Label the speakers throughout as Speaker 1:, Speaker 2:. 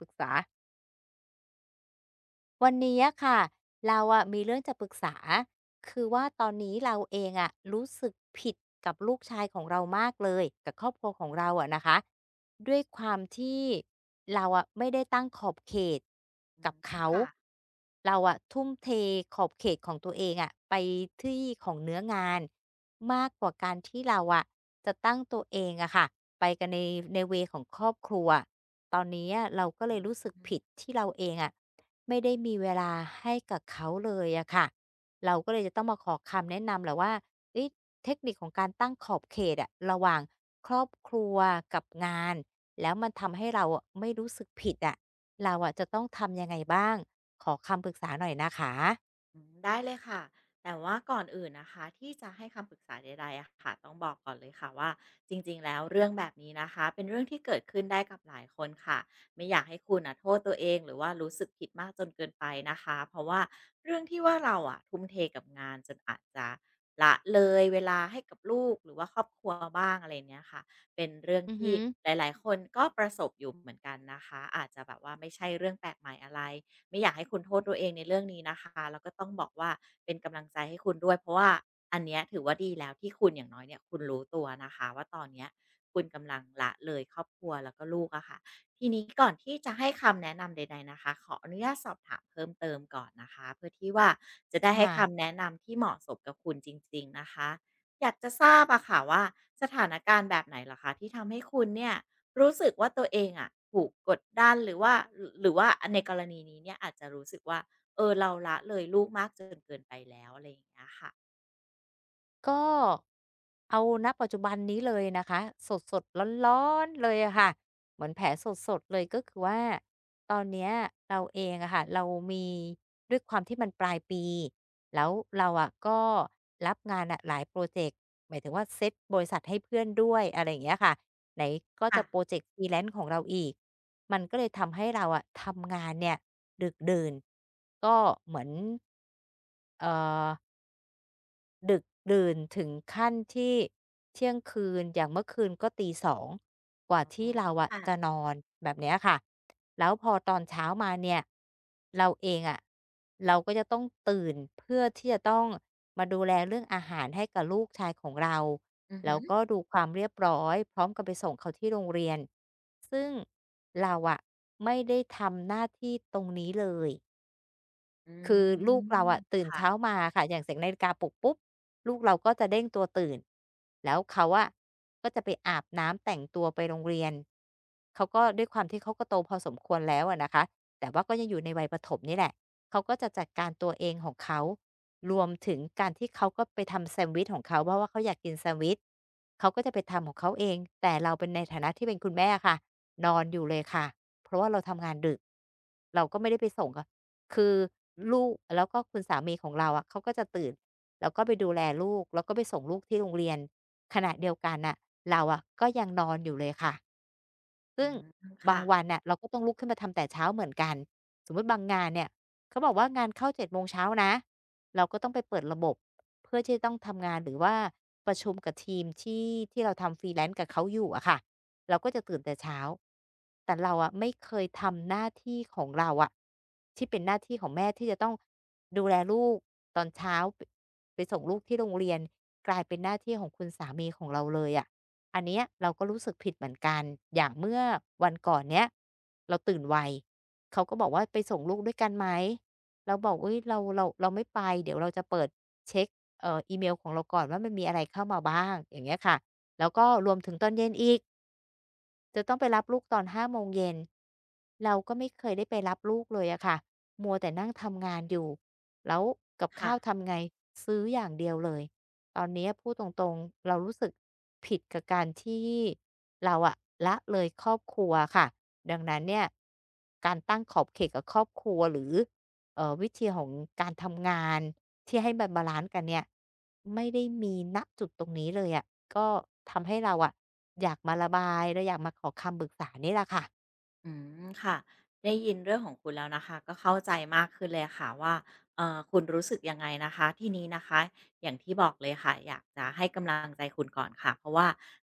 Speaker 1: ปรึกษาวันนี้อะค่ะเราอะมีเรื่องจะปรึกษาคือว่าตอนนี้เราเองอะรู้สึกผิดกับลูกชายของเรามากเลยกับครอบครัวของเราอะนะคะด้วยความที่เราอะไม่ได้ตั้งขอบเขต
Speaker 2: อื
Speaker 1: กับ
Speaker 2: ม
Speaker 1: เขา
Speaker 2: ค่ะ
Speaker 1: เราอะทุ่มเทขอบเขตของตัวเองอะไปที่ของเนื้องานมากกว่าการที่เราอะจะตั้งตัวเองอะค่ะไปกันในเวของครอบครัวตอนนี้อะเราก็เล
Speaker 2: อื
Speaker 1: ยรู้สึ
Speaker 2: ม
Speaker 1: กผิดที่เราเองอะ ไม่ได้มีเวลาให้กับเขาเลยอะค่ะ เราก็เลยจะต้องมาขอคำแนะนำแหละว่าเอ๊ะเทคนิคของการตั้งขอบเขตอะระหว่างครอบครัวกับงาน แล้วมันทำให้เราอะไม่รู้สึกผิดอะเราอะจะต้องทำยังไงบ้าง ขอคำปรึกษาหน่อยนะคะ
Speaker 2: อืมได้เลยค่ะแต่ว่าก่อนอื่นนะคะที่จะให้คำปรึกษาใดๆอะค่ะต้องบอกก่อนเลยค่ะว่าจริงๆแล้วเรื่องแบบนี้นะคะเป็นเรื่องที่เกิดขึ้นได้กับหลายคนค่ะไม่อยากให้คุณน่ะโทษตัวเองหรือว่ารู้สึกผิดมากจนเกินไปนะคะเพราะว่าเรื่องที่ว่าเราอะทุ่มเทกับงานจนอาจจะละเลยเวลาให้กับลูกหรือว่าครอบครัวบ้างอะไรเนี้ยค่ะเป็นเรื่อง
Speaker 1: อือ
Speaker 2: ที่
Speaker 1: หึ
Speaker 2: หลายๆคนก็ประสบอยู่เหมือนกันนะคะอาจจะแบบว่าไม่ใช่เรื่องแปลกใหม่อะไร ไม่อยากให้คุณโทษตัวเองในเรื่องนี้นะคะแล้วก็ต้องบอกว่าเป็นกำลังใจให้คุณด้วยเพราะว่าอันเนี้ยถือว่าดีแล้วที่คุณอย่างน้อยเนี่ยคุณรู้ตัวนะคะว่าตอนเนี้ยคุณกำลังละเลยครอบครัวแล้วก็ลูกอะค่ะทีนี้ก่อนที่จะให้คำแนะนำใดๆนะคะขออนุญาตสอบถามเพิ่มเติมก่อนนะคะเพื่อที่ว่าจะได้ให้
Speaker 1: ค่ะ
Speaker 2: คำแนะนำที่เหมาะสมกับคุณจริงๆนะคะ อยากจะทราบอะค่ะว่าสถานการณ์แบบไหนเหรอคะที่ทำให้คุณเนี่ยรู้สึกว่าตัวเองอะถูกกดดันหรือว่าในกรณีนี้เนี่ยอาจจะรู้สึกว่าเออเราละเลยลูกมากจนเกินไปแล้วอะไรอย่างเงี้ยค่ะ
Speaker 1: ก็เอาณปัจจุบันนี้เลยนะคะสดๆร้อนๆเลยอะค่ะเหมือนแผลสดๆเลยก็คือว่าตอนเนี้ยเราเองอะค่ะเรามีด้วยความที่มันปลายปีแล้วเราอะก็รับงานอะหลายโปรเจกต์หมายถึงว่าเซตบริษัทให้เพื่อนด้วยอะไรอย่างเงี้ยค่ะไหนก็
Speaker 2: ค่ะ
Speaker 1: จะโปรเจกต์ f ร e e l a ของเราอีกมันก็เลยทำให้เราอะทำงานเนี่ยดึกดื่นก็เหมือนเอ่อ ดึกดื่นถึงขั้นที่เที่ยงคืนอย่างเมื่อคืนก็ตีสองกว่า
Speaker 2: อ๋
Speaker 1: ที่
Speaker 2: อ
Speaker 1: เราอะ
Speaker 2: ค่ะ
Speaker 1: จะนอนแบบเนี้ยค่ะแล้วพอตอนเช้ามาเนี่ยเราเองอะเราก็จะต้องตื่นเพื่อที่จะต้องมาดูแลเรื่องอาหารให้กับลูกชายของเรา
Speaker 2: อือฮึ
Speaker 1: แล้วก็ดูความเรียบร้อยพร้อมกับไปส่งเขาที่โรงเรียนซึ่งเราอะไม่ได้ทำหน้าที่ตรงนี้เลย
Speaker 2: อ
Speaker 1: คือ
Speaker 2: ื
Speaker 1: ลูกเรา
Speaker 2: ม
Speaker 1: อะตื่น
Speaker 2: ค่ะ
Speaker 1: เช้ามาค่ะอย่างเสียงนาฬิกาปลุกปุ๊บลูกเราก็จะเด้งตัวตื่นแล้วเขาอะก็จะไปอาบน้ำแต่งตัวไปโรงเรียนเขาก็ด้วยความที่เขาก็โตพอสมควรแล้วอะนะคะแต่ว่าก็ยังอยู่ในวัยประถมนี่แหละเขาก็จะจัดการตัวเองของเขารวมถึงการที่เขาก็ไปทำแซนด์วิชของเขาเพราะว่าเขาอยากกินแซนด์วิชเขาก็จะไปทำของเขาเองแต่เราเป็นในฐานะที่เป็นคุณแม่อะค่ะนอนอยู่เลยค่ะเพราะว่าเราทำงานดึกเราก็ไม่ได้ไปส่งอะ คือลูกแล้วก็คุณสามีของเราอะเขาก็จะตื่นแล้วก็ไปดูแลลูกแล้วก็ไปส่งลูกที่โรงเรียนขณะเดียวกันน่ะเราอะก็ยังนอนอยู่เลยค่ะ
Speaker 2: อื
Speaker 1: ซึ่ง
Speaker 2: ม
Speaker 1: บา
Speaker 2: ค่ะ
Speaker 1: งวันน่ะเราก็ต้องลุกขึ้นมาทำแต่เช้าเหมือนกันสมมุติบางงานเนี่ยเขาบอกว่างานเข้า7โมงเช้านะเราก็ต้องไปเปิดระบบเพื่อที่จะต้องทำงานหรือว่าประชุมกับทีมที่เราทำ freelance กับเขาอยู่อะค่ะเราก็จะตื่นแต่เช้าแต่เราอะไม่เคยทำหน้าที่ของเราอะที่เป็นหน้าที่ของแม่ที่จะต้องดูแลลูกตอนเช้าไปส่งลูกที่โรงเรียนกลายเป็นหน้าที่ของคุณสามีของเราเลยอะ อันเนี้ยเราก็รู้สึกผิดเหมือนกันอย่างเมื่อวันก่อนเนี้ยเราตื่นไวเขาก็บอกว่าไปส่งลูกด้วยกันไหมเราบอกอุ๊ยเราไม่ไปเดี๋ยวเราจะเปิดเช็กอีเมลของเราก่อนว่ามันมีอะไรเข้ามาบ้างอย่างเงี้ยค่ะแล้วก็รวมถึงตอนเย็นอีก จะต้องไปรับลูกตอน5โมงเย็น เราก็ไม่เคยได้ไปรับลูกเลยอะค่ะ มัวแต่นั่งทำงานอยู่ แล้วกับข้าว
Speaker 2: ค่ะ
Speaker 1: ทำไงซื้ออย่างเดียวเลย ตอนนี้พูดตรงๆเรารู้สึกผิดกับการที่เราอะละเลยครอบครัวค่ะ ดังนั้นเนี่ยการตั้งขอบเขตกับครอบครัวหรือ วิธีของการทำงานที่ให้มันบาลันซ์กันเนี่ยไม่ได้มีณจุดตรงนี้เลยอะก็ทำให้เราอะอยากมาระบายเราอยากมาขอคำปรึกษานี่แหละค่ะ
Speaker 2: อืมค่ะได้ยินเรื่องของคุณแล้วนะคะก็เข้าใจมากขึ้นเลยค่ะว่าคุณรู้สึกยังไงนะคะที่นี้นะคะอย่างที่บอกเลยค่ะอยากจะให้กำลังใจคุณก่อนค่ะเพราะว่า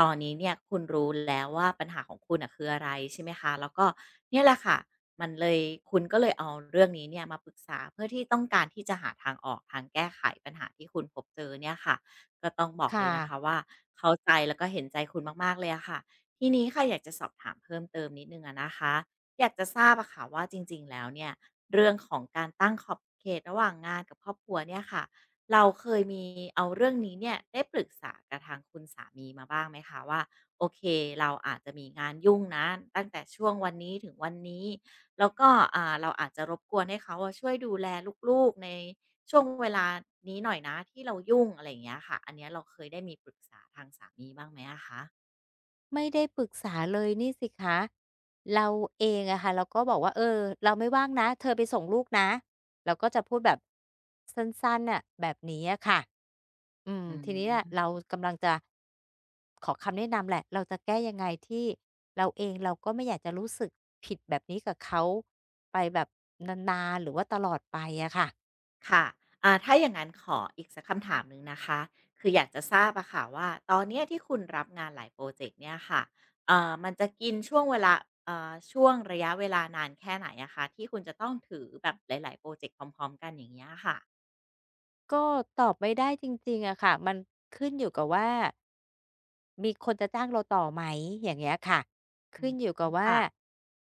Speaker 2: ตอนนี้เนี่ยคุณรู้แล้วว่าปัญหาของคุณอ่ะคืออะไรใช่ไหมคะแล้วก็เนี่ยแหละค่ะมันเลยคุณก็เลยเอาเรื่องนี้เนี่ยมาปรึกษาเพื่อที่ต้องการที่จะหาทางออกทางแก้ไขปัญหาที่คุณพบเจอเนี่ยค่ะก็ต้องบอกเล
Speaker 1: ค่ะ
Speaker 2: ยนะคะว่าเข้าใจแล้วก็เห็นใจคุณมากๆเลยอะค่ะ ทีนี้ค่ะอยากจะสอบถามเพิ่มเติมนิดนึงอะนะคะอยากจะทราบอะค่ะว่าจริงๆแล้วเนี่ยเรื่องของการตั้งขอบเขตระหว่างงานกับครอบครัวเนี่ยค่ะเราเคยมีเอาเรื่องนี้เนี่ยได้ปรึกษากับทางคุณสามีมาบ้างไหมคะว่าโอเคเราอาจจะมีงานยุ่งนะตั้งแต่ช่วงวันนี้ถึงวันนี้แล้วก็อ่าเราอาจจะรบกวนให้เขาอะช่วยดูแลลูกๆในช่วงเวลานี้หน่อยนะที่เรายุ่งอะไรอย่างเงี้ยค่ะอันเนี้ยเราเคยได้มีปรึกษาทางสามีบ้างไหมอะคะ
Speaker 1: ไม่ได้ปรึกษาเลยนี่สิคะเราเองอะค่ะเราก็บอกว่าเออเราไม่ว่างนะเธอไปส่งลูกนะเราก็จะพูดแบบสั้นๆน่ะแบบนี้อะค่ะอืม
Speaker 2: อื
Speaker 1: ทีนี้อะ
Speaker 2: ม
Speaker 1: เรากำลังจะขอคำแนะนำแหละเราจะแก้ยังไงที่เราเองเราก็ไม่อยากจะรู้สึกผิดแบบนี้กับเขาไปแบบนานๆหรือว่าตลอดไปอะค่ะ
Speaker 2: ค่ะอ่าถ้าอย่างนั้นขออีกสักคำถามหนึ่งนะคะ คืออยากจะทราบอะค่ะว่าตอนเนี้ยที่คุณรับงานหลายโปรเจกต์เนี่ยค่ะมันจะกินช่วงเวลาช่วงระยะเวลานานแค่ไหนอะคะที่คุณจะต้องถือแบบหลายๆโปรเจกต์พร้อมๆกันอย่างเงี้ยค่ะ
Speaker 1: ก็ตอบไม่ได้จริงๆอะค่ะมันขึ้นอยู่กับว่ามีคนจะจ้างเราต่อไหมอย่างเงี้ยค่ะ
Speaker 2: อื
Speaker 1: ขึ้น
Speaker 2: ม
Speaker 1: อยู่กับว่า
Speaker 2: ค่ะ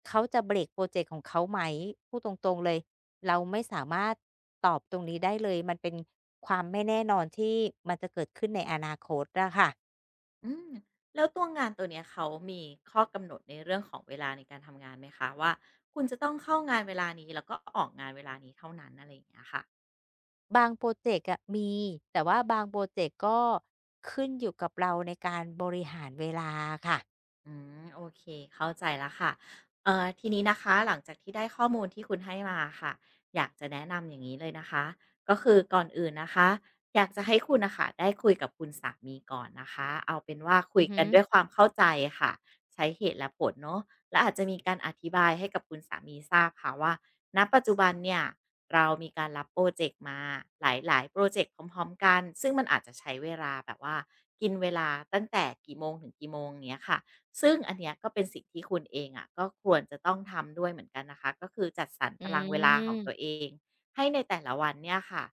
Speaker 1: เขาจะเบรกพรอเจกต์ของเขาไหมพูดตรงๆเลยเราไม่สามารถตอบตรงนี้ได้เลยมันเป็นความไม่แน่นอนที่มันจะเกิดขึ้นในอนาคตอะค่ะ
Speaker 2: อืมแล้วตัวงานตัวเนี้ยเขามีข้อกำหนดในเรื่องของเวลาในการทำงานไหมคะว่าคุณจะต้องเข้างานเวลานี้แล้วก็ออกงานเวลานี้เท่านั้นอะไรอย่างเงี้ยค่ะ
Speaker 1: บางพรอเจกต์อะมีแต่ว่าบางพรอเจกต์ก็ขึ้นอยู่กับเราในการบริหารเวลาอะค่ะ
Speaker 2: อืมโอเคเข้าใจแล้วค่ะทีนี้นะคะหลังจากที่ได้ข้อมูลที่คุณให้มาค่ะอยากจะแนะนำอย่างนี้เลยนะคะก็คือก่อนอื่นนะคะอยากจะให้คุณน่ะค่ะได้คุยกับคุณสามีก่อนนะคะเอาเป็นว่าคุ
Speaker 1: อื
Speaker 2: ย
Speaker 1: อฮึ
Speaker 2: กันด้วยความเข้าใจค่ะใช้เหตุและผลเนาะและอาจจะมีการอธิบายให้กับคุณสามีทราบค่ะว่าณปัจจุบันเนี่ยเรามีการรับพรอเจกต์มาหลายๆพรอเจกต์พร้อมๆกันซึ่งมันอาจจะใช้เวลาแบบว่ากินเวลาตั้งแต่กี่โมงถึงกี่โมงเงี้ยค่ะ ซึ่งอันเนี้ยก็เป็นสิ่งที่คุณเองอะก็ควรจะต้องทำด้วยเหมือนกันนะคะก็คือจัดสรร
Speaker 1: อื
Speaker 2: ตารางเวลาของตัว
Speaker 1: ม
Speaker 2: เองให้ในแต่ละวันเนี่ยค่ะ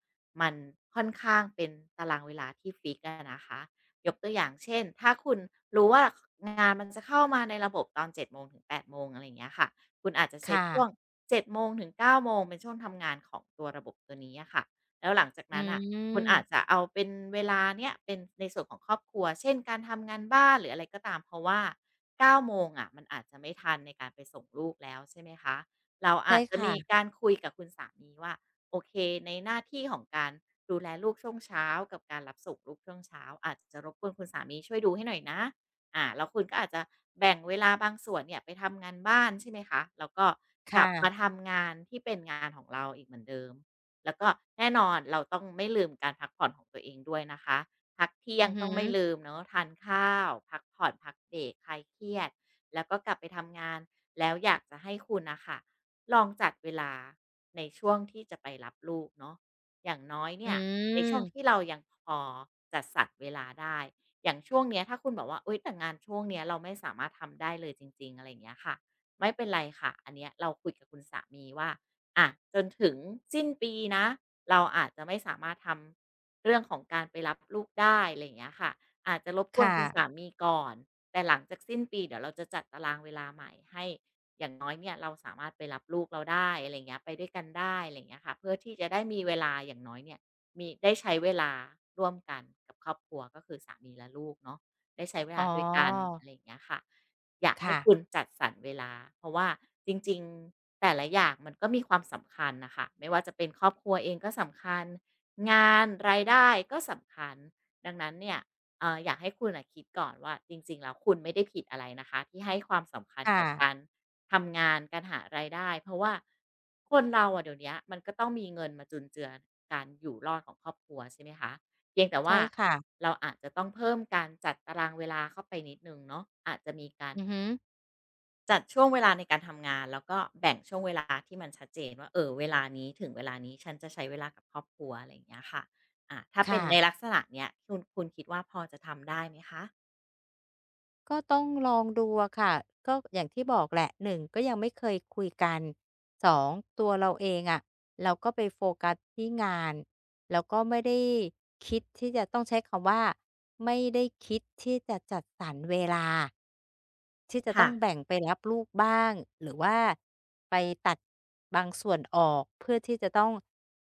Speaker 2: มันค่อนข้างเป็นตารางเวลาที่ฟิกอะนะคะยกตัวอย่างเช่นถ้าคุณรู้ว่างานมันจะเข้ามาในระบบตอน7 โมงถึง 8 โมงอะไรอย่างเงี้ยค่ะคุณอาจจะเซ
Speaker 1: ค
Speaker 2: ตช่วง
Speaker 1: ่ะ
Speaker 2: 7 โมงถึง 9 โมงเป็นช่วงทำงานของตัวระบบตัวนี้อะค่ะแล้วหลังจาก
Speaker 1: อื
Speaker 2: นั้นอะ คุณอาจจะ
Speaker 1: ม
Speaker 2: เอาเป็นเวลาเนี้ยเป็นในส่วนของครอบครัวเช่นการทำงานบ้านหรืออะไรก็ตามเพราะว่า9โมงอะมันอาจจะไม่ทันในการไปส่งลูกแล้วใช่ไหมคะเราอา
Speaker 1: ใช่
Speaker 2: จจะ
Speaker 1: ค่ะ
Speaker 2: มีการคุยกับคุณสามีว่าโอเคในหน้าที่ของการดูแลลูกช่วงเช้ากับการรับส่งลูกช่วงเช้าอาจจะรบกวนคุณสามีช่วยดูให้หน่อยนะอ่าแล้วคุณก็อาจจะแบ่งเวลาบางส่วนเนี่ยไปทำงานบ้านใช่ไหมคะแล้วก็กลั
Speaker 1: ค่ะ
Speaker 2: บมาทำงานที่เป็นงานของเราอีกเหมือนเดิม แล้วก็แน่นอนเราต้องไม่ลืมการพักผ่อนของตัวเองด้วยนะคะพักเที่ย
Speaker 1: อื
Speaker 2: ง
Speaker 1: อ
Speaker 2: ต้
Speaker 1: ฮึ
Speaker 2: องไม่ลืมเนอะทานข้าวพักผ่อนพักเบรกคลายเครียดแล้วก็กลับไปทำงานแล้วอยากจะให้คุณนะคะลองจัดเวลาในช่วงที่จะไปรับลูกเนาะอย่างน้อย
Speaker 1: อื
Speaker 2: เนี่ยในช่
Speaker 1: ม
Speaker 2: วงที่เรายังพอจัดสรรเวลาได้อย่างช่วงเนี้ยถ้าคุณบอกว่าเอุยแต่งานช่วงเนี้ยเราไม่สามารถทำได้เลยจริงๆอะไรอย่างเงี้ยค่ะไม่เป็นไรค่ะอันเนี้ยเราคุยกับคุณสามีว่า อ่ะจนถึงสิ้นปีนะเราอาจจะไม่สามารถทำเรื่องของการไปรับลูกได้อะไรอย่างเงี้ยค่ะอาจจะรบก
Speaker 1: ค
Speaker 2: วนคุณสา
Speaker 1: ่ะ
Speaker 2: มีก่อนแต่หลังจากสิ้นปีเดี๋ยวเราจะจัดตารางเวลาใหม่ให้อย่างน้อยเนี่ยเราสามารถไปรับลูกเราได้อะไรอย่างเงี้ยไปด้วยกันได้อะไรอย่างเงี้ยค่ะเพื่อที่จะได้มีเวลาอย่างน้อยเนี่ยมีได้ใช้เวลาร่วมกันกับครอบครัวก็คือสามีและลูกเนาะได้ใช้เว
Speaker 1: อ๋
Speaker 2: ลา
Speaker 1: อ
Speaker 2: ด้วยกันอะไรอย่างเงี้ยค่ะ อยากให้
Speaker 1: ค่ะ
Speaker 2: คุณจัดสรรเวลาเพราะว่าจริงๆแต่ละอย่างมันก็มีความสำคัญน่ะค่ะไม่ว่าจะเป็นครอบครัวเองก็สำคัญงานรายได้ก็สำคัญดังนั้นเนี่ยอยากให้คุณน่ะคิดก่อนว่าจริงๆแล้วคุณไม่ได้ผิดอะไรนะคะที่ให้ความสำคัญ
Speaker 1: ค่ะ
Speaker 2: กับการทำงานการหารายได้เพราะว่าคนเราอะเดี๋ยวเนี้ยมันก็ต้องมีเงินมาจุนเจือการอยู่รอดของครอบครัวใช่ไหมคะเพียงแต่ว่า
Speaker 1: ใช่ค่ะ
Speaker 2: เราอาจจะต้องเพิ่มการจัดตารางเวลาเข้าไปนิดหนึ่งเนาะอาจจะมีการ
Speaker 1: อือฮึ
Speaker 2: จัดช่วงเวลาในการทำงานแล้วก็แบ่งช่วงเวลาที่มันชัดเจนว่าเออเวลานี้ถึงเวลานี้ฉันจะใช้เวลากับครอบครัวอะไรอย่างเงี้ยค่ะอ่าถ้าเป็น
Speaker 1: ค่ะ
Speaker 2: ในลักษณะเนี้ยคุณคิดว่าพอจะทำได้ไหมคะ
Speaker 1: ก็ต้องลองดูอะค่ะก็อย่างที่บอกแหละหนึ่งก็ยังไม่เคยคุยกัน2ตัวเราเองอะเราก็ไปโฟกัสที่งานแล้วก็ไม่ได้คิดที่จะต้องใช้คำว่าไม่ได้คิดที่จะจัดสรรเวลาที่จะต้
Speaker 2: ค่ะ
Speaker 1: องแบ่งไปรับลูกบ้างหรือว่าไปตัดบางส่วนออกเพื่อที่จะต้อง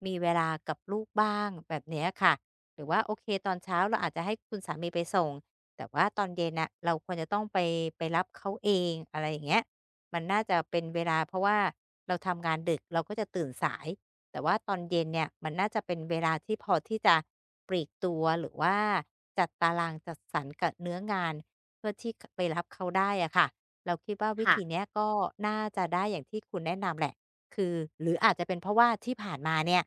Speaker 1: มีเวลากับลูกบ้างแบบเนี้ยค่ะหรือว่าโอเคตอนเช้าเราอาจจะให้คุณสามีไปส่ง แต่ว่าตอนเย็นน่ะเราควรจะต้องไปรับเขาเองอะไรอย่างเงี้ยมันน่าจะเป็นเวลาเพราะว่าเราทำงานดึกเราก็จะตื่นสายแต่ว่าตอนเย็นเนี่ยมันน่าจะเป็นเวลาที่พอที่จะปลีกตัวหรือว่าจัดตารางจัดสรรกับเนื้องานเพื่อที่ขไปรับเขาได้อะค่ะเราคิดว่าวิ
Speaker 2: ค่ะ
Speaker 1: ธีเนี้ยก็น่าจะได้อย่างที่คุณแนะนำแหละ คือหรืออาจจะเป็นเพราะว่าที่ผ่านมาเนี่ย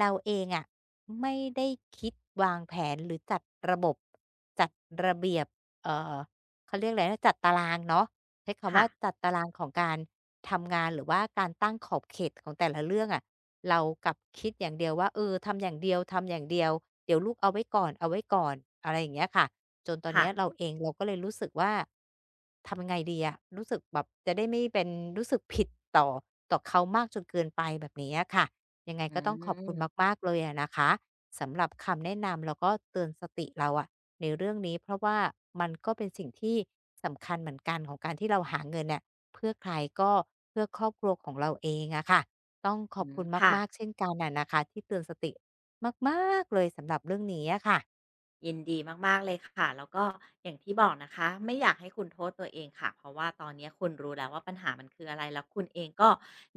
Speaker 1: เราเองอะไม่ได้คิดวางแผนหรือจัดระบบจัดระเบียบเอ่อเขาเรียกอะไรนะจัดตารางเนาะ ใช้คำ
Speaker 2: ค่ะ
Speaker 1: ว่าจัดตารางของการทำงานหรือว่าการตั้งขอบเขตของแต่ละเรื่องอะเรากลับคิดอย่างเดียวว่าเออทำอย่างเดียวทำอย่างเดียวเดี๋ยวลูกเอาไว้ก่อนเอาไว้ก่อนอะไรอย่างเงี้ยค่ะจนตอน
Speaker 2: ค่ะ
Speaker 1: เนี้ยเราเองเราก็เลยรู้สึกว่าทำยังไงดีอะรู้สึกแบบจะได้ไม่เป็นรู้สึกผิดต่อต่อเขามากจนเกินไปแบบนี้อะค่ะยังไง
Speaker 2: อื
Speaker 1: ก็ต้องขอบคุณ
Speaker 2: ม
Speaker 1: มากๆเลยอะนะคะสำหรับคำแนะนำแล้วก็เตือนสติเราอะ ในเรื่องนี้เพราะว่ามันก็เป็นสิ่งที่สำคัญเหมือนกันของการที่เราหาเงินเนี่ยเพื่อใครก็เพื่อครอบครัวของเราเองอะค่ะต้องข
Speaker 2: อื
Speaker 1: อบ
Speaker 2: ม
Speaker 1: คุณ
Speaker 2: ค่ะ
Speaker 1: มากๆเช่นกันน่ะนะคะที่เตือนสติมากๆเลยสำหรับเรื่องนี้อะค่ะ
Speaker 2: ยินดีมากๆเลยค่ะแล้วก็อย่างที่บอกนะคะไม่อยากให้คุณโทษตัวเองค่ะเพราะว่าตอนนี้คุณรู้แล้วว่าปัญหามันคืออะไรแล้วคุณเองก็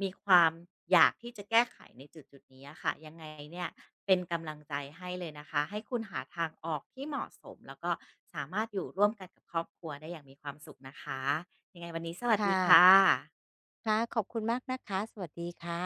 Speaker 2: มีความอยากที่จะแก้ไขในจุดนี้อะค่ะยังไงเนี่ยเป็นกำลังใจให้เลยนะคะให้คุณหาทางออกที่เหมาะสมแล้วก็สามารถอยู่ร่วมกันกับครอบครัวได้อย่างมีความสุขนะคะยังไงวันนี้สวัสดี
Speaker 1: ค่ะ
Speaker 2: ค่ะ
Speaker 1: ค่ะขอบคุณมากนะคะสวัสดีค่ะ